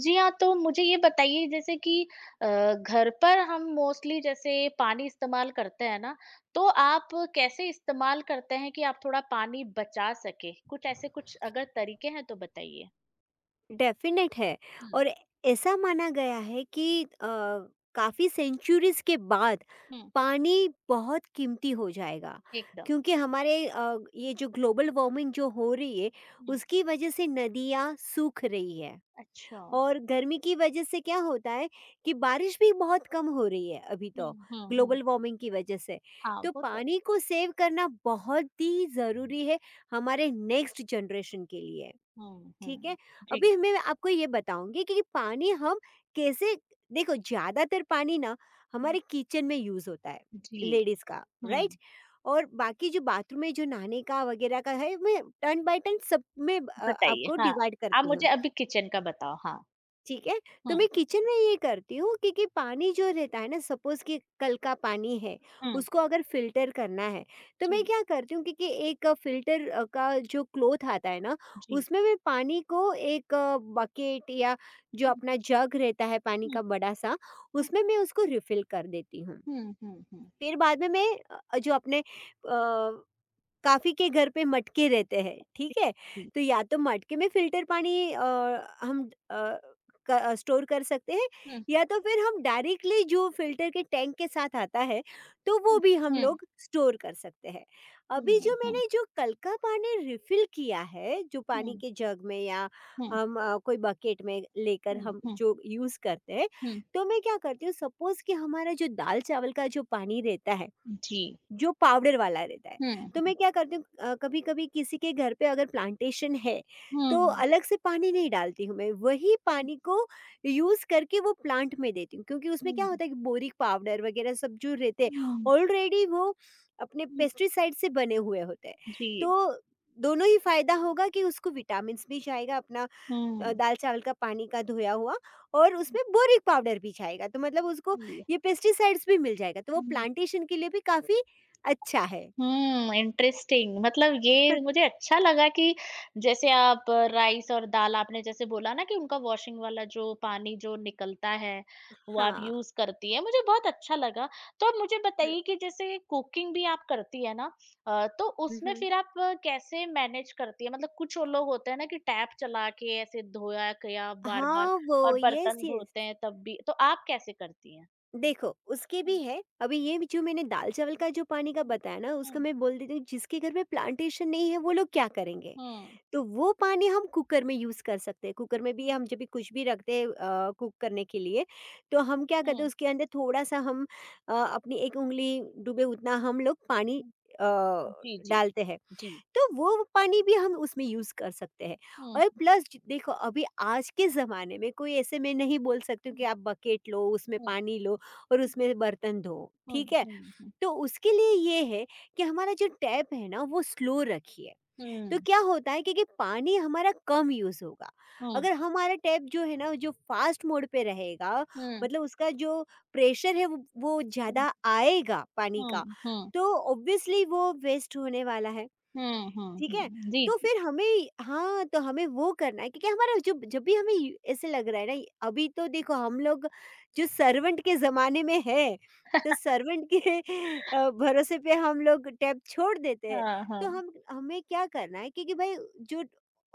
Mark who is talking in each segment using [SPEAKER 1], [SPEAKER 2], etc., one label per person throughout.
[SPEAKER 1] जी हाँ, तो मुझे ये बताइए जैसे कि अ, घर पर हम मोस्टली जैसे पानी इस्तेमाल करते हैं ना, तो आप कैसे इस्तेमाल करते हैं कि आप थोड़ा पानी बचा सकें? कुछ ऐसे कुछ अगर तरीके हैं तो बताइए?
[SPEAKER 2] डेफ़िनेट है।
[SPEAKER 1] हुँ,
[SPEAKER 2] और ऐसा माना गया है कि काफ़ी सेंचुरीज़ के बाद
[SPEAKER 1] हुँ,
[SPEAKER 2] पानी बहुत कीमती हो जाएगा।
[SPEAKER 1] एकदम,
[SPEAKER 2] क्योंकि हमारे ये जो ग्लोबल वार्मिंग जो हो रही है,
[SPEAKER 1] हुँ।
[SPEAKER 2] उसकी वजह से नदियाँ सूख रही है।
[SPEAKER 1] अच्छा।
[SPEAKER 2] और गर्मी की वजह से क्या होता है कि बारिश भी बहुत कम हो रही है अभी तो,
[SPEAKER 1] हुँ, हुँ, हुँ।
[SPEAKER 2] ग्लोबल वार्मिंग की वजह से।
[SPEAKER 1] हाँ,
[SPEAKER 2] तो
[SPEAKER 1] वो तो
[SPEAKER 2] पानी को सेव करना बहुत ही ज़रूरी है हमारे नेक्स्ट जनरेशन के लिए।
[SPEAKER 1] हुँ,
[SPEAKER 2] ठीक है?
[SPEAKER 1] हुँ। जी,
[SPEAKER 2] अभी मैं आपको ये बताऊँगी कि पानी हम कैसे। देखो, ज़्यादातर पानी ना
[SPEAKER 1] हुँ।
[SPEAKER 2] हमारे किचन में यूज़ होता है,
[SPEAKER 1] जी।
[SPEAKER 2] लेडीज़ का, राइट?
[SPEAKER 1] हुँ,
[SPEAKER 2] और बाकी जो बाथरूम में जो नहाने का वगैरह का है, मैं टर्न बाय टर्न सब में
[SPEAKER 1] बताइए,
[SPEAKER 2] आपको
[SPEAKER 1] हाँ।
[SPEAKER 2] डिवाइड
[SPEAKER 1] आप
[SPEAKER 2] करती
[SPEAKER 1] मुझे
[SPEAKER 2] हूँ।
[SPEAKER 1] अभी किचन का बताओ, हाँ।
[SPEAKER 2] ठीक है, तो मैं
[SPEAKER 1] हुँ,
[SPEAKER 2] किचन में ये करती हूँ। क्योंकि पानी जो रहता है ना, सपोज़ कि कल का पानी है,
[SPEAKER 1] हुँ,
[SPEAKER 2] उसको अगर फ़िल्टर करना है, तो मैं
[SPEAKER 1] जी,
[SPEAKER 2] क्या करती हूँ? क्योंकि एक फ़िल्टर का जो क्लॉथ आता है ना,
[SPEAKER 1] जी।
[SPEAKER 2] उसमें मैं पानी को एक बकेट या जो
[SPEAKER 1] हुँ,
[SPEAKER 2] अपना जग रहता है पानी
[SPEAKER 1] हुँ,
[SPEAKER 2] का बड़ा-सा,
[SPEAKER 1] हुँ,
[SPEAKER 2] उसमें मैं उसको रिफ़िल कर देती हूँ।
[SPEAKER 1] हुँ, हुँ, हुँ,
[SPEAKER 2] फिर बाद में मैं जो अपने अ काफ़ी के घर पे मटके रहते हैं, ठीक है?
[SPEAKER 1] जी।
[SPEAKER 2] तो या तो मटके में फ़िल्टर पानी हम स्टोर कर सकते हैं, या तो फिर हम डायरेक्टली जो फ़िल्टर के टैंक के साथ आता है, तो वो
[SPEAKER 1] हुँ,
[SPEAKER 2] भी हम
[SPEAKER 1] हुँ,
[SPEAKER 2] लोग स्टोर कर सकते हैं। अभी जो
[SPEAKER 1] हुँ, हुँ,
[SPEAKER 2] मैंने जो कल का पानी रिफ़िल किया है, जो पानी
[SPEAKER 1] हुँ,
[SPEAKER 2] के जग में या हम कोई बकेट में लेकर
[SPEAKER 1] हुँ,
[SPEAKER 2] हम
[SPEAKER 1] हुँ,
[SPEAKER 2] जो यूज़ करते हैं,
[SPEAKER 1] हुँ,
[SPEAKER 2] तो मैं क्या करती हूँ? सपोज़ कि हमारा जो दाल-चावल का जो पानी रहता है,
[SPEAKER 1] हुँ, जी,
[SPEAKER 2] जो पाउडर वाला रहता है।
[SPEAKER 1] हुँ,
[SPEAKER 2] तो
[SPEAKER 1] हुँ,
[SPEAKER 2] मैं क्या करती हूँ कभी-कभी किसी के घर पे अगर प्लांटेशन है, तो
[SPEAKER 1] हुँ,
[SPEAKER 2] अलग से पानी नहीं डालती हूँ मैं, वही पानी को यूज़ करके वो प्लांट में देती हूँ। क्योंकि उसमें क्या
[SPEAKER 1] हुँ,
[SPEAKER 2] होता है कि बोरिक पाउडर वगैरह सब जो रहते हैं,
[SPEAKER 1] हुँ,
[SPEAKER 2] ऑलरेडी वो अपने
[SPEAKER 1] हुँ,
[SPEAKER 2] पेस्टिसाइड से बने हुए होते हैं।
[SPEAKER 1] जी,
[SPEAKER 2] तो दोनों ही फ़ायदा होगा कि उसको विटामिन्स भी जाएगा, अपना
[SPEAKER 1] हुँ,
[SPEAKER 2] दाल चावल का पानी का धोया हुआ, और
[SPEAKER 1] हुँ,
[SPEAKER 2] उसमें बोरिक पाउडर भी जाएगा तो मतलब उसको
[SPEAKER 1] जी,
[SPEAKER 2] ये पेस्टिसाइड्स भी मिल जाएगा तो वो
[SPEAKER 1] हुँ।
[SPEAKER 2] प्लांटेशन के लिए भी काफ़ी अच्छा है।
[SPEAKER 1] हुँ, इंटरेस्टिंग मतलब ये मुझे अच्छा लगा कि जैसे आप राइस और दाल आपने जैसे बोला ना कि उनका वॉशिंग वाला जो पानी जो निकलता है, वो आप
[SPEAKER 2] हाँ।
[SPEAKER 1] यूज़ करती हैं, मुझे बहुत अच्छा लगा। तो आप मुझे
[SPEAKER 2] हुँ,
[SPEAKER 1] बताइए कि जैसे कुकिंग भी आप करती है ना तो
[SPEAKER 2] हुँ,
[SPEAKER 1] उसमें
[SPEAKER 2] हुँ।
[SPEAKER 1] फिर आप कैसे मैनेज करती है? मतलब कुछ वो लोग होते हैं ना कि टैप चला के ऐसे धोया किया बार-बार
[SPEAKER 2] हाँ, वो
[SPEAKER 1] और
[SPEAKER 2] यस,
[SPEAKER 1] बर्तन
[SPEAKER 2] यस।
[SPEAKER 1] धोते हैं तब भी, तो आप कैसे करती हैं?
[SPEAKER 2] देखो, उसके भी
[SPEAKER 1] हुँ,
[SPEAKER 2] है। अभी ये जो मैंने दाल चावल का जो पानी का
[SPEAKER 1] हुँ,
[SPEAKER 2] बताया ना, उसका
[SPEAKER 1] हुँ,
[SPEAKER 2] मैं बोल देती हूँ। जिसके घर में प्लांटेशन नहीं है वो लोग क्या करेंगे?
[SPEAKER 1] हुँ,
[SPEAKER 2] तो वो पानी हम कुकर में यूज़ कर सकते हैं। कुकर में भी
[SPEAKER 1] हुँ,
[SPEAKER 2] हम जब भी कुछ भी रखते हैं कुक करने के लिए, तो हम क्या करते हैं
[SPEAKER 1] हुँ,
[SPEAKER 2] उसके अंदर थोड़ा-सा हम अपनी 1 उँगली डूबे उतना हम लोग पानी
[SPEAKER 1] हुँ।
[SPEAKER 2] अ,
[SPEAKER 1] जी, जी,
[SPEAKER 2] डालते हैं।
[SPEAKER 1] जी।
[SPEAKER 2] तो वो पानी भी हम उसमें यूज़ कर सकते हैं।
[SPEAKER 1] हुँ,
[SPEAKER 2] और प्लस ज देखो, अभी आज के ज़माने में कोई ऐसे मैं नहीं बोल सकती हूँ कि
[SPEAKER 1] हुँ,
[SPEAKER 2] आप बकेट लो, उसमें
[SPEAKER 1] हुँ,
[SPEAKER 2] पानी लो और
[SPEAKER 1] हुँ,
[SPEAKER 2] उसमें बर्तन धो,
[SPEAKER 1] हुँ,
[SPEAKER 2] ठीक है?
[SPEAKER 1] हुँ, हुँ,
[SPEAKER 2] तो उसके लिए ये है कि हमारा जो टैप है ना वो स्लो रखिए। तो
[SPEAKER 1] हुँ,
[SPEAKER 2] क्या होता है कि पानी हमारा कम यूज़ होगा। अगर हमारा टैप जो है ना जो फ़ास्ट मोड पे रहेगा,
[SPEAKER 1] हुँ,
[SPEAKER 2] मतलब उसका जो प्रेशर है, वो
[SPEAKER 1] हुँ,
[SPEAKER 2] ज़्यादा आएगा पानी का,
[SPEAKER 1] हुँ, हुँ,
[SPEAKER 2] तो ऑब्वियसली वो वेस्ट होने वाला है।
[SPEAKER 1] हुँ, हुँ,
[SPEAKER 2] ठीक है?
[SPEAKER 1] हुँ, जी,
[SPEAKER 2] तो
[SPEAKER 1] जी।
[SPEAKER 2] फिर हमें, हाँ, तो हमें वो करना है, क्योंकि हमारा जो जब भी हमें यू ऐसे लग रहा है ना, अभी तो देखो हम लोग जो सर्वेंट के ज़माने में हैं, तो सर्वेंट के भरोसे पे हम लोग टैब छोड़ देते हैं।
[SPEAKER 1] हाँ,
[SPEAKER 2] तो
[SPEAKER 1] हाँ।
[SPEAKER 2] हम हमें क्या करना है, क्योंकि भई जो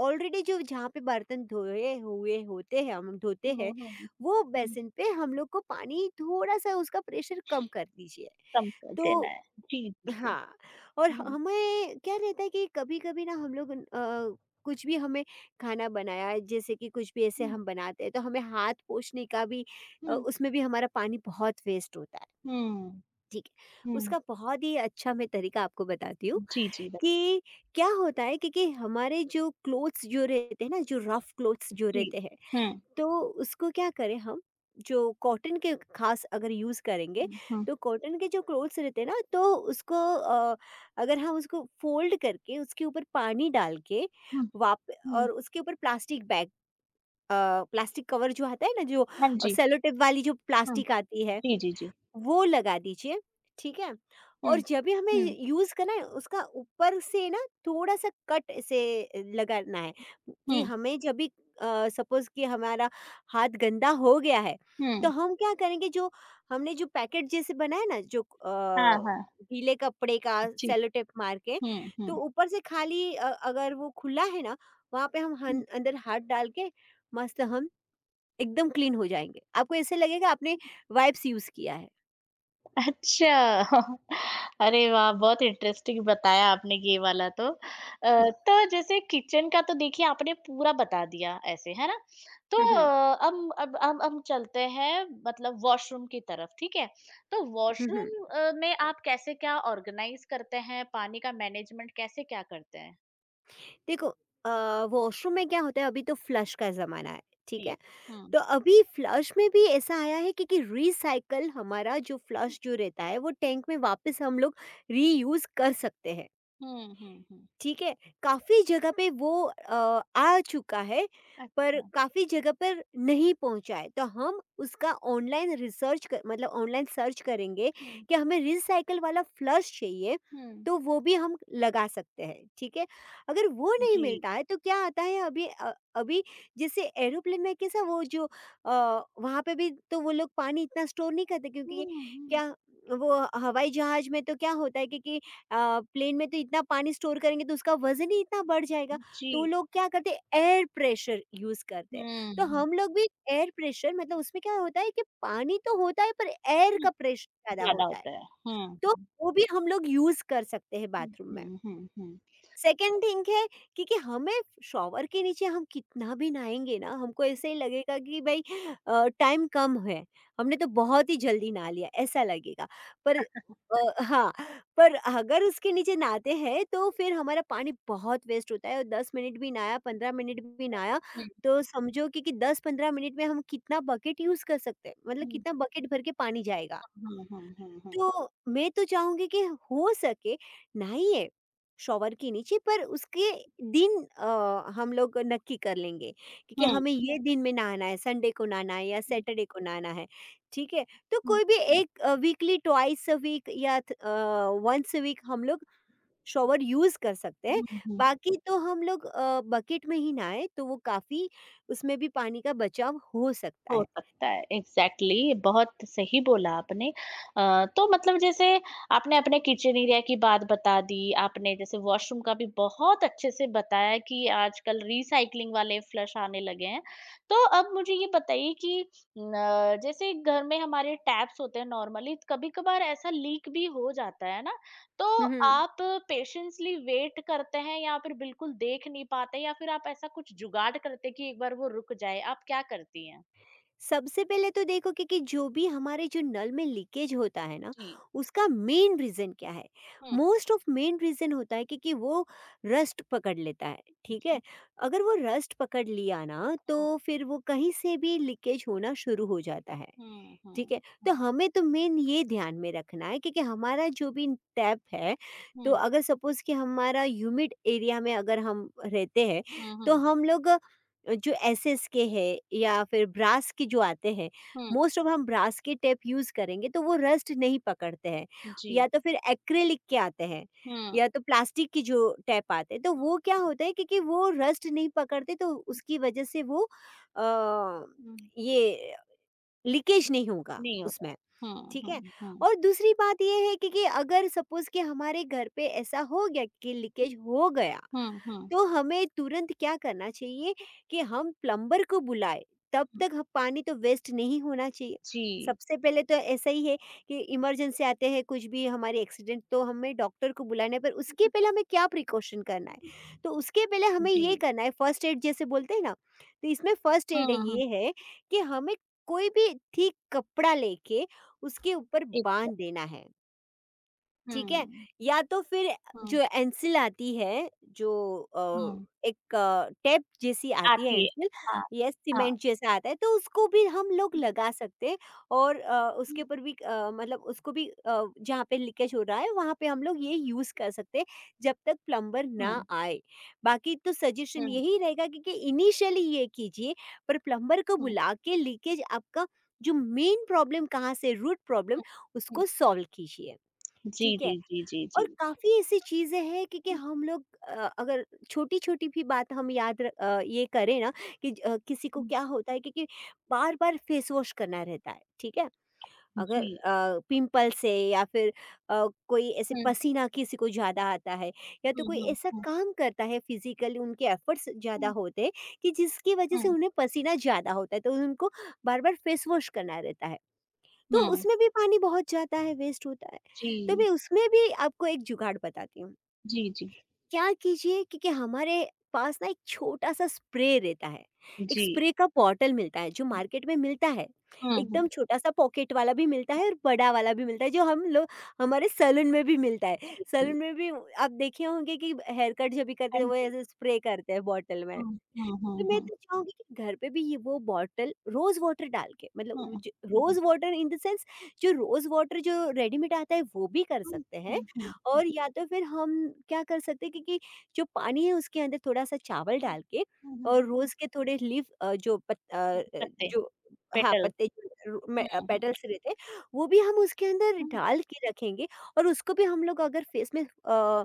[SPEAKER 2] ऑलरेडी जो जहाँ पे बर्तन धोए हुए होते हैं हम धोते
[SPEAKER 1] हुँ,
[SPEAKER 2] हैं,
[SPEAKER 1] हुँ,
[SPEAKER 2] वो
[SPEAKER 1] हुँ,
[SPEAKER 2] बेसिन पे हम लोग को पानी थोड़ा-सा उसका प्रेशर कम कर दीजिए।
[SPEAKER 1] कम कर देना
[SPEAKER 2] तो
[SPEAKER 1] है। जी, जी, जी।
[SPEAKER 2] हाँ, और
[SPEAKER 1] हुँ,
[SPEAKER 2] हमें क्या रहता है कि कभी-कभी ना हम लोग कुछ भी हमें खाना बनाया है, जैसे कि कुछ भी ऐसे
[SPEAKER 1] हुँ,
[SPEAKER 2] हम बनाते हैं, तो हमें हाथ पोंछने का भी
[SPEAKER 1] हुँ,
[SPEAKER 2] उसमें भी हमारा पानी बहुत वेस्ट होता है, ठीक है।
[SPEAKER 1] हुँ,
[SPEAKER 2] उसका बहुत ही अच्छा मैं तरीका आपको बताती हूँ
[SPEAKER 1] हुँ, जी, जी, बिल्कुल,
[SPEAKER 2] कि क्या होता है, क्योंकि हमारे जो क्लोथ्स जो रहते हैं ना, जो रफ क्लोथ्स जो
[SPEAKER 1] जी।
[SPEAKER 2] रहते हैं,
[SPEAKER 1] हुँ,
[SPEAKER 2] तो उसको क्या करें हम? जो कॉटन के खास अगर यूज़ करेंगे,
[SPEAKER 1] हुँ, हुँ,
[SPEAKER 2] तो कॉटन के जो क्लोथ्स रहते हैं ना, तो उसको अगर हम उसको फोल्ड करके उसके ऊपर पानी डाल के
[SPEAKER 1] हुँ,
[SPEAKER 2] वाप
[SPEAKER 1] हुँ,
[SPEAKER 2] और उसके ऊपर प्लास्टिक बैग अ, प्लास्टिक कवर जो आता है ना, जो
[SPEAKER 1] हाँ जी,
[SPEAKER 2] सेलो टेप वाली जो
[SPEAKER 1] हुँ,
[SPEAKER 2] प्लास्टिक आती है,
[SPEAKER 1] जी, जी, जी।
[SPEAKER 2] वो लगा दीजिए, ठीक है?
[SPEAKER 1] हुँ,
[SPEAKER 2] और जब भी हमें
[SPEAKER 1] हुँ,
[SPEAKER 2] यूज़ करना है उसका ऊपर से ना, थोड़ा-सा कट से लगाना है कि
[SPEAKER 1] हुँ,
[SPEAKER 2] हमें जब भी सपोज़ कि हमारा हाथ गंदा हो गया है, तो
[SPEAKER 1] हुँ,
[SPEAKER 2] हम क्या करेंगे? जो हमने जो पैकेट जैसे बनाया ना, जो
[SPEAKER 1] हाँ, हाँ,
[SPEAKER 2] गीले कपड़े का,
[SPEAKER 1] जी।
[SPEAKER 2] सेलो टेप मार के,
[SPEAKER 1] हुँ,
[SPEAKER 2] तो
[SPEAKER 1] हुँ,
[SPEAKER 2] ऊपर से खाली अगर वो खुला है ना, वहाँ पे हम
[SPEAKER 1] हुँ।
[SPEAKER 2] हन अंदर हाथ डाल के मस्त हम एकदम क्लीन हो जाएँगे। आपको ऐसे लगेगा आपने वाइप्स यूज़ किया है।
[SPEAKER 1] अच्छा। अरे वाह! बहुत इंटरेस्टिंग बताया आपने ये वाला तो। तो जैसे किचन का तो देखिए आपने पूरा बता दिया ऐसे, है ना? तो
[SPEAKER 2] हुँ, हुँ।
[SPEAKER 1] हम अब हम चलते हैं मतलब वॉशरूम की तरफ, ठीक है? तो
[SPEAKER 2] हुँ, हुँ।
[SPEAKER 1] वॉशरूम में आप कैसे क्या ऑर्गेनाइज़ करते हैं? पानी का मैनेजमेंट कैसे क्या करते हैं?
[SPEAKER 2] देखो, अ, वॉशरूम में क्या होता है, अभी तो फ्लश का ज़माना है, ठीक
[SPEAKER 1] जी।
[SPEAKER 2] है?
[SPEAKER 1] हुँ।
[SPEAKER 2] तो अभी फ्लश में भी ऐसा आया है, क्योंकि रीसाइकल हमारा जो फ्लश जो रहता है वो टैंक में वापस हम लोग रीयूज़ कर सकते हैं।
[SPEAKER 1] हुँ, हुँ, हुँ।
[SPEAKER 2] ठीक है, काफ़ी जगह पे वो आ चुका है, पर
[SPEAKER 1] अच्छा।
[SPEAKER 2] काफ़ी जगह पर नहीं पहुँचा है, तो हम उसका ऑनलाइन रिसर्च क मतलब ऑनलाइन सर्च करेंगे
[SPEAKER 1] हुँ,
[SPEAKER 2] कि हमें रिसाइकिल वाला फ्लश चाहिए,
[SPEAKER 1] हुँ।
[SPEAKER 2] तो वो भी हम लगा सकते हैं, ठीक है? अगर वो नहीं
[SPEAKER 1] जी।
[SPEAKER 2] मिलता है, तो क्या आता है? अभी जैसे एरोप्लेन में कैसा वो जो वहाँ पे भी तो वो लोग पानी इतना स्टोर नहीं करते, क्योंकि
[SPEAKER 1] हुँ, हुँ।
[SPEAKER 2] क्या वो हवाई जहाज़ में तो क्या होता है, क्योंकि प्लेन में तो इतना पानी स्टोर करेंगे तो उसका वज़न ही इतना बढ़ जाएगा,
[SPEAKER 1] जी।
[SPEAKER 2] तो वो लोग क्या करते हैं? एयर प्रेशर यूज़ करते हैं।
[SPEAKER 1] हुँ,
[SPEAKER 2] तो
[SPEAKER 1] हुँ।
[SPEAKER 2] हम लोग भी एयर प्रेशर, मतलब उसमें क्या होता है कि पानी तो होता है पर एयर का प्रेशर ज़्यादा
[SPEAKER 1] ज़्यादा
[SPEAKER 2] होता है,
[SPEAKER 1] होता है। हुँ,
[SPEAKER 2] तो
[SPEAKER 1] हुँ,
[SPEAKER 2] वो भी हम लोग यूज़ कर सकते हैं बाथरूम में।
[SPEAKER 1] हुँ, हुँ, हुँ।
[SPEAKER 2] सेकंड थिंग है, क्योंकि हमें शॉवर के नीचे हम कितना भी नहाएंगे ना, हमको ऐसे ही लगेगा कि भाई टाइम कम है, हमने तो बहुत ही जल्दी नहा लिया ऐसा लगेगा, पर हाँ, पर अगर उसके नीचे नहाते हैं तो फिर हमारा पानी बहुत वेस्ट होता है, और 10 मिनट भी नहाया, 15 मिनट भी नहाया।
[SPEAKER 1] हुँ,
[SPEAKER 2] तो समझो कि 10-15 मिनट में हम कितना बकेट यूज़ कर सकते हैं, मतलब कितना बकेट भर के पानी जाएगा।
[SPEAKER 1] हुँ, हुँ, हुँ, हुँ, हुँ, हुँ।
[SPEAKER 2] तो मैं तो चाहूँगी कि हो सके, नहीं है शॉवर के नीचे, पर उसके दिन हम लोग नक्की कर लेंगे, क्योंकि
[SPEAKER 1] हुँ,
[SPEAKER 2] हमें ये दिन में नहाना है, संडे को नहाना है या
[SPEAKER 1] हुँ,
[SPEAKER 2] सैटरडे को नहाना है, ठीक है। तो
[SPEAKER 1] हुँ,
[SPEAKER 2] कोई भी एक वीकली ट्वाइस अ वीक या वंस अ वीक हम लोग शॉवर यूज़ कर सकते हैं,
[SPEAKER 1] हुँ, हुँ,
[SPEAKER 2] बाकी तो हम लोग बकेट में ही नहाए तो वो काफ़ी, उसमें भी पानी का बचाव हो सकता
[SPEAKER 1] हो
[SPEAKER 2] है।
[SPEAKER 1] सकता है, एग्ज़ैक्टली बहुत सही बोला आपने। तो मतलब जैसे आपने अपने किचन एरिया की बात बता दी, आपने जैसे वॉशरूम का भी बहुत अच्छे से बताया कि आजकल रिसाइक्लिंग वाले फ्लश आने लगे हैं। तो अब मुझे ये बताइए कि न जैसे घर में हमारे टैप्स होते हैं नॉर्मली, कभी-कभार ऐसा लीक भी हो जाता है ना, तो आप पेशेंसली वेट करते हैं या फिर बिल्कुल देख नहीं पाते या फिर आप ऐसा कुछ जुगाड़ करते हैं कि एक बार वो रुक जाए, आप क्या करती हैं?
[SPEAKER 2] सबसे पहले तो देखो कि जो भी हमारे जो नल में लीकेज होता है ना,
[SPEAKER 1] जी,
[SPEAKER 2] उसका मेन रीज़न क्या है,
[SPEAKER 1] हुँ,
[SPEAKER 2] मोस्ट ऑफ मेन रीज़न होता है कि वो रस्ट पकड़ लेता है, ठीक
[SPEAKER 1] जी,
[SPEAKER 2] है। अगर वो रस्ट पकड़ लिया ना,
[SPEAKER 1] हुँ,
[SPEAKER 2] तो फिर वो कहीं से भी लीकेज होना शुरू हो जाता है,
[SPEAKER 1] हुँ,
[SPEAKER 2] ठीक
[SPEAKER 1] हुँ,
[SPEAKER 2] है? तो
[SPEAKER 1] हुँ,
[SPEAKER 2] हमें तो मेन ये ध्यान में रखना है, क्योंकि हमारा जो भी टैप है, तो
[SPEAKER 1] हुँ,
[SPEAKER 2] अगर सपोज़ कि हमारा ह्यूमिड एरिया में अगर हम रहते हैं,
[SPEAKER 1] हुँ,
[SPEAKER 2] तो
[SPEAKER 1] हुँ,
[SPEAKER 2] हम लोग जो एसएस के हैं या फिर ब्रास के जो आते हैं,
[SPEAKER 1] हुँ,
[SPEAKER 2] मोस्ट ऑफ हम ब्रास के टैप यूज़ करेंगे तो वो रस्ट नहीं पकड़ते हैं।
[SPEAKER 1] जी,
[SPEAKER 2] या तो फिर एक्रेलिक के आते हैं,
[SPEAKER 1] हुँ,
[SPEAKER 2] या तो प्लास्टिक के जो टैप आते हैं, तो वो क्या होता है, क्योंकि वो रस्ट नहीं पकड़ते तो
[SPEAKER 1] हुँ,
[SPEAKER 2] उसकी वजह से वो अ,
[SPEAKER 1] हुँ,
[SPEAKER 2] ये लीकेज नहीं होगा
[SPEAKER 1] नहीं होता।
[SPEAKER 2] उसमें,
[SPEAKER 1] हुँ,
[SPEAKER 2] ठीक है?
[SPEAKER 1] हुँ, हुँ,
[SPEAKER 2] और दूसरी बात ये है कि अगर सपोज़ कि हमारे घर पे ऐसा हो गया कि
[SPEAKER 1] हुँ,
[SPEAKER 2] लीकेज हो गया,
[SPEAKER 1] हुँ, हुँ,
[SPEAKER 2] तो हमें तुरंत क्या करना चाहिए? कि हम प्लम्बर को बुलाएं, तब
[SPEAKER 1] हुँ,
[SPEAKER 2] तक ह पानी तो वेस्ट नहीं होना चाहिए।
[SPEAKER 1] जी।
[SPEAKER 2] सबसे पहले तो ऐसा ही है कि इमरजेंसी आते हैं, कुछ भी हमारे एक्सीडेंट, तो हमें डॉक्टर को बुलाना है, पर उसके पहले हमें क्या प्रिकॉशन करना है? तो उसके पहले हमें ये
[SPEAKER 1] जी,
[SPEAKER 2] करना है, फर्स्ट एड जैसे बोलते हैं ना, तो इसमें फर्स्ट एड
[SPEAKER 1] हुँ, हुँ,
[SPEAKER 2] ये है कि हमें कोई भी ठीक कपड़ा लेके उसके ऊपर
[SPEAKER 1] एकदम,
[SPEAKER 2] बाँध देना है। ठीक है?
[SPEAKER 1] हुँ,
[SPEAKER 2] या तो फिर
[SPEAKER 1] हुँ,
[SPEAKER 2] जो एंसिल आती है, जो अ,
[SPEAKER 1] हुँ,
[SPEAKER 2] एक टेप जैसी आती है
[SPEAKER 1] आती है,
[SPEAKER 2] एंसिल,
[SPEAKER 1] हाँ,
[SPEAKER 2] या
[SPEAKER 1] हाँ,
[SPEAKER 2] सीमेंट जैसा आता है, तो उसको भी हम लोग
[SPEAKER 1] हुँ,
[SPEAKER 2] लगा सकते हैं। और
[SPEAKER 1] हुँ,
[SPEAKER 2] उसके ऊपर भी मतलब उसको भी जहाँ पे लीकेज हो रहा है, वहाँ पे हम लोग ये यूज़ कर सकते हैं, जब तक प्लम्बर ना
[SPEAKER 1] हुँ,
[SPEAKER 2] आए। बाकी तो सजेशन यही रहेगा कि इनिशियली ये कीजिए, पर प्लम्बर को
[SPEAKER 1] हुँ,
[SPEAKER 2] बुला के लीकेज आपका जो मेन प्रॉब्लम कहाँ से, रूट प्रॉब्लम,
[SPEAKER 1] हुँ, हुँ,
[SPEAKER 2] उसको सॉल्व कीजिए।
[SPEAKER 1] जी,
[SPEAKER 2] ठीक
[SPEAKER 1] जी,
[SPEAKER 2] है?
[SPEAKER 1] जी, जी,
[SPEAKER 2] और काफ़ी ऐसी चीज़ें हैं कि
[SPEAKER 1] हुँ,
[SPEAKER 2] हम लोग अगर छोटी-छोटी भी बात हम ये करें ना कि किसी को
[SPEAKER 1] हुँ,
[SPEAKER 2] क्या होता है क्योंकि बार-बार फेस वॉश करना रहता है, ठीक है? अगर
[SPEAKER 1] जी,
[SPEAKER 2] पिंपल्स है, या फिर कोई ऐसे
[SPEAKER 1] हुँ,
[SPEAKER 2] पसीना किसी को ज़्यादा आता है, या तो
[SPEAKER 1] हुँ,
[SPEAKER 2] कोई
[SPEAKER 1] हुँ,
[SPEAKER 2] ऐसा
[SPEAKER 1] हुँ,
[SPEAKER 2] काम करता है फिज़िकली उनके एफ़र्ट्स ज़्यादा
[SPEAKER 1] हुँ,
[SPEAKER 2] होते हैं कि जिसकी वजह से
[SPEAKER 1] हुँ,
[SPEAKER 2] उन्हें पसीना ज़्यादा होता है, तो उनको बार-बार फेस वॉश करना रहता है। तो
[SPEAKER 1] हुँ,
[SPEAKER 2] उसमें भी पानी बहुत जाता है, वेस्ट होता है। तो
[SPEAKER 1] जी,
[SPEAKER 2] मैं उसमें भी आपको एक जुगाड़ बताती हूँ।
[SPEAKER 1] जी, जी,
[SPEAKER 2] क्या कीजिए, क्योंकि हमारे पास ना एक छोटा-सा स्प्रे रहता है। एक
[SPEAKER 1] जी।
[SPEAKER 2] स्प्रे का बॉटल मिलता है जो मार्केट में मिलता है।
[SPEAKER 1] हुँ,
[SPEAKER 2] एकदम
[SPEAKER 1] हुँ।
[SPEAKER 2] छोटा-सा पॉकेट वाला भी मिलता
[SPEAKER 1] हुँ,
[SPEAKER 2] है और बड़ा वाला भी मिलता है, जो हम लोग हमारे सैलून में भी मिलता है।
[SPEAKER 1] जी,
[SPEAKER 2] सैलून
[SPEAKER 1] जी।
[SPEAKER 2] में भी आप देखे होंगे कि हेयर कट जब भी करते
[SPEAKER 1] हाँ
[SPEAKER 2] हैं वो
[SPEAKER 1] जी।
[SPEAKER 2] ऐसे स्प्रे करते हैं बॉटल में।
[SPEAKER 1] हुँ, हुँ,
[SPEAKER 2] तो
[SPEAKER 1] हुँ,
[SPEAKER 2] मैं
[SPEAKER 1] हुँ।
[SPEAKER 2] तो चाहूँगी कि घर पे भी ये वो बॉटल रोज़ वाटर डाल के, मतलब
[SPEAKER 1] हुँ,
[SPEAKER 2] ज हुँ। Rose water in the sense, जो रोज़ वाटर जो रेडीमेड आता है वो भी कर
[SPEAKER 1] हुँ,
[SPEAKER 2] सकते हैं।
[SPEAKER 1] हुँ, हुँ।
[SPEAKER 2] और या तो फिर हम क्या कर सकते हैं कि जो पानी है उसके अंदर थोड़ा-सा चावल
[SPEAKER 1] हुँ।
[SPEAKER 2] डाल के,
[SPEAKER 1] हुँ, हुँ,
[SPEAKER 2] और
[SPEAKER 1] हुँ।
[SPEAKER 2] रोज़ के थोड़े लीफ जो पत अ
[SPEAKER 1] हुँ,
[SPEAKER 2] अ,
[SPEAKER 1] पत्ते,
[SPEAKER 2] जो, हाँ,
[SPEAKER 1] पेटल।
[SPEAKER 2] पत्ते जो में
[SPEAKER 1] हुँ, हुँ।
[SPEAKER 2] पेटल्स रहते हैं, वो भी हम उसके अंदर
[SPEAKER 1] हुँ,
[SPEAKER 2] डाल के रखेंगे, और उसको भी हम लोग अगर फेस में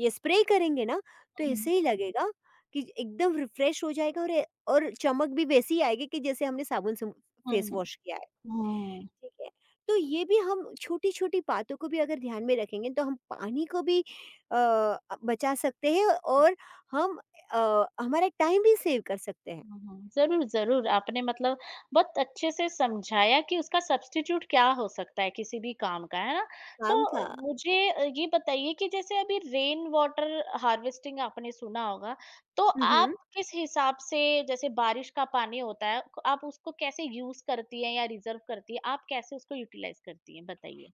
[SPEAKER 2] ये स्प्रे करेंगे ना, तो ऐसे
[SPEAKER 1] हुँ,
[SPEAKER 2] ही हुँ। लगेगा कि एकदम रिफ्रेश हो जाएगा, और चमक भी वैसी ही आएगी कि जैसे हमने साबुन से फेस
[SPEAKER 1] हुँ।
[SPEAKER 2] वॉश किया है,
[SPEAKER 1] हुँ।
[SPEAKER 2] ठीक है। तो ये भी हम छोटी-छोटी बातों को भी अगर ध्यान में रखेंगे, तो हम पानी को भी बचा सकते हैं, और हम हमारा टाइम भी सेव कर सकते हैं,
[SPEAKER 1] हुँ, हुँ। ज़रूर, ज़रूर, आपने मतलब बहुत अच्छे से समझाया कि उसका सब्स्टिट्यूट क्या हो सकता है किसी भी काम का, है ना?
[SPEAKER 2] काम का।
[SPEAKER 1] तो मुझे ये बताइए कि जैसे अभी रेन वाटर हार्वेस्टिंग आपने सुना होगा, तो
[SPEAKER 2] हुँ, हुँ।
[SPEAKER 1] आप किस हिसाब से जैसे बारिश का पानी होता है, आप उसको कैसे यूज़ करती हैं या रिज़र्व करती हैं? आप कैसे उसको यूटिलाइज़ करती हैं? बताइए?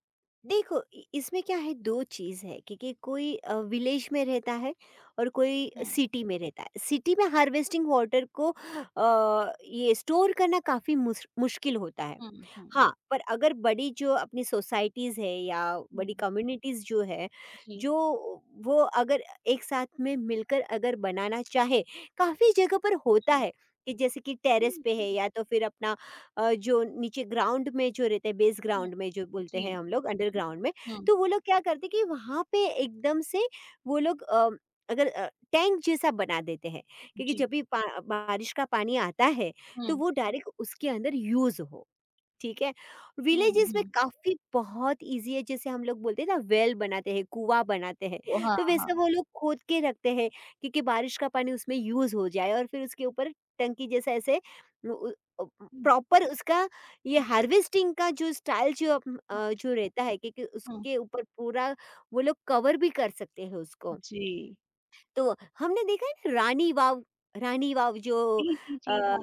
[SPEAKER 2] देखो इसमें क्या है, दो चीज़ है, क्योंकि कोई विलेज में रहता है और कोई
[SPEAKER 1] हुँ,
[SPEAKER 2] सिटी में रहता है। सिटी में हार्वेस्टिंग वाटर को ये स्टोर करना काफ़ी मुश्किल होता है।
[SPEAKER 1] हुँ, हुँ,
[SPEAKER 2] हाँ, पर अगर बड़ी जो अपनी सोसाइटीज़ है या बड़ी
[SPEAKER 1] हुँ।
[SPEAKER 2] कम्युनिटीज़ जो है,
[SPEAKER 1] जी,
[SPEAKER 2] जो वो अगर एक साथ में मिलकर अगर बनाना चाहे, काफ़ी जगह पर होता
[SPEAKER 1] जी।
[SPEAKER 2] है कि जैसे कि
[SPEAKER 1] हुँ,
[SPEAKER 2] टेरेस पे है,
[SPEAKER 1] हुँ,
[SPEAKER 2] या तो फिर अपना जो नीचे ग्राउंड में जो रहते हैं, बेस
[SPEAKER 1] हुँ।
[SPEAKER 2] ग्राउंड में जो बोलते
[SPEAKER 1] जी,
[SPEAKER 2] हैं हम लोग,
[SPEAKER 1] जी।
[SPEAKER 2] अंडरग्राउंड में,
[SPEAKER 1] हुँ,
[SPEAKER 2] तो वो लोग क्या करते हैं कि वहाँ पे एकदम से वो लोग अगर टैंक जैसा बना देते हैं, क्योंकि
[SPEAKER 1] जी।
[SPEAKER 2] जब भी बारिश का पानी आता है तो
[SPEAKER 1] हुँ,
[SPEAKER 2] वो डायरेक्ट उसके अंदर यूज हो। ठीक है।
[SPEAKER 1] हुँ,
[SPEAKER 2] विलेजेस में
[SPEAKER 1] हुँ।
[SPEAKER 2] काफ़ी बहुत ईज़ी है, जैसे हम लोग बोलते हैं ना, वेल बनाते हैं, कुआँ बनाते हैं,
[SPEAKER 1] वो हाँ,
[SPEAKER 2] तो
[SPEAKER 1] हाँ।
[SPEAKER 2] वैसे वो लोग खोद के रखते हैं क्योंकि बारिश का पानी उसमें यूज़ हो जाए, और फिर उसके ऊपर टंकी जैसा ऐसे उ उ अ,
[SPEAKER 1] हुँ,
[SPEAKER 2] प्रॉपर उसका ये
[SPEAKER 1] हुँ,
[SPEAKER 2] हार्वेस्टिंग का जो स्टाइल जो
[SPEAKER 1] हुँ,
[SPEAKER 2] जो रहता है, क्योंकि
[SPEAKER 1] हुँ।
[SPEAKER 2] उसके ऊपर पूरा वो लोग कवर भी कर सकते हैं उसको।
[SPEAKER 1] जी।
[SPEAKER 2] तो हमने देखा है ना, रानी वाव, रानी वाव जो
[SPEAKER 1] जी, जी,
[SPEAKER 2] अ,
[SPEAKER 1] जी, हाँ।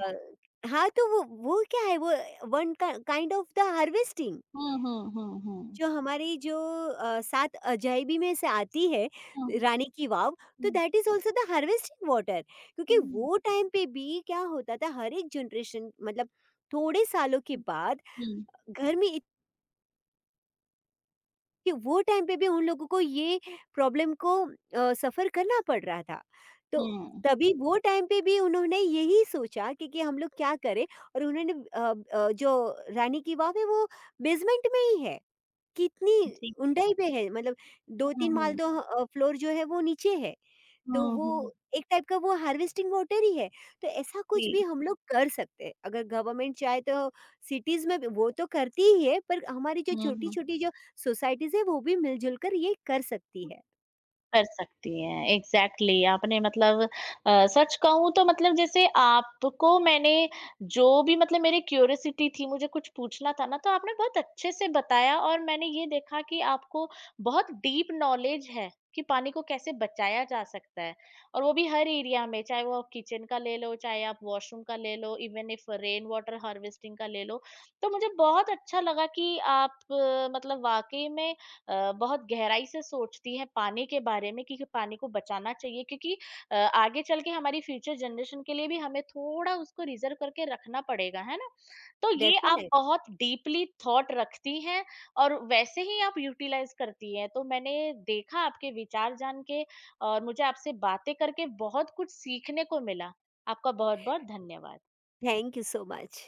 [SPEAKER 2] हाँ, तो वो क्या है, वो वन का काइंड ऑफ द हार्वेस्टिंग
[SPEAKER 1] हुँ, हुँ, हुँ, हुँ।
[SPEAKER 2] जो हमारी जो सात अजायबी में से आती है,
[SPEAKER 1] हुँ, हुँ,
[SPEAKER 2] रानी की वाव, तो that is also the harvesting water. क्योंकि
[SPEAKER 1] हुँ,
[SPEAKER 2] वो टाइम पे भी क्या होता था, हर एक जनरेशन मतलब थोड़े सालों के
[SPEAKER 1] हुँ,
[SPEAKER 2] बाद
[SPEAKER 1] हुँ,
[SPEAKER 2] घर में, कि वो टाइम पे भी उन लोगों को ये प्रॉब्लम को सफ़र करना पड़ रहा था। तो
[SPEAKER 1] हुँ,
[SPEAKER 2] तभी वो टाइम पे भी उन्होंने यही सोचा कि हम लोग क्या करें, और उन्होंने जो रानी की वाव है वो बेसमेंट में ही है। कितनी
[SPEAKER 1] हुँ। जी।
[SPEAKER 2] ऊँचाई पे है मतलब
[SPEAKER 1] हुँ,
[SPEAKER 2] 2-3 माल
[SPEAKER 1] हुँ।
[SPEAKER 2] तो फ्लोर जो है वो नीचे है। तो
[SPEAKER 1] हुँ,
[SPEAKER 2] वो
[SPEAKER 1] हुँ।
[SPEAKER 2] एक टाइप का वो हार्वेस्टिंग वाटर ही है। तो ऐसा
[SPEAKER 1] जी।
[SPEAKER 2] कुछ भी हम लोग कर सकते हैं। अगर गवर्नमेंट चाहे तो सिटीज़ में भी, वो तो करती ही है, पर हमारी जो
[SPEAKER 1] हुँ, हुँ।
[SPEAKER 2] छोटी-छोटी जो सोसाइटीज़ है वो भी मिल-जुल कर ये कर सकती है।
[SPEAKER 1] कर सकती हैं, एग्ज़ैक्टली आपने मतलब सच कहूँ तो मतलब जैसे आपको मैंने जो भी मतलब मेरी क्यूरियोसिटी थी, मुझे कुछ पूछना था ना, तो आपने बहुत अच्छे से बताया और मैंने ये देखा कि आपको बहुत डीप नॉलेज है कि पानी को कैसे बचाया जा सकता है और वो भी हर एरिया में, चाहे वो आप किचन का ले लो, चाहे आप वॉशरूम का ले लो, even if rain water harvesting का ले लो। तो मुझे बहुत अच्छा लगा कि आप मतलब वाक़ई में बहुत गहराई से सोचती हैं पानी के बारे में कि पानी को बचाना चाहिए क्योंकि आगे चल के हमारी फ्यूचर जनरेशन के लिए भी हमें थोड़ा उसको रिजर्व करके रखना पड़ेगा है ना, तो ये आप
[SPEAKER 2] डेफिनेट।
[SPEAKER 1] बहुत डीपली थॉट रखती हैं और वैसे ही आप यूटिलाइज करती हैं, तो मैंने देखा आपके विचार जान के, और मुझे आपसे बातें करके बहुत कुछ सीखने को मिला। आपका बहुत बहुत धन्यवाद।
[SPEAKER 2] Thank you so much.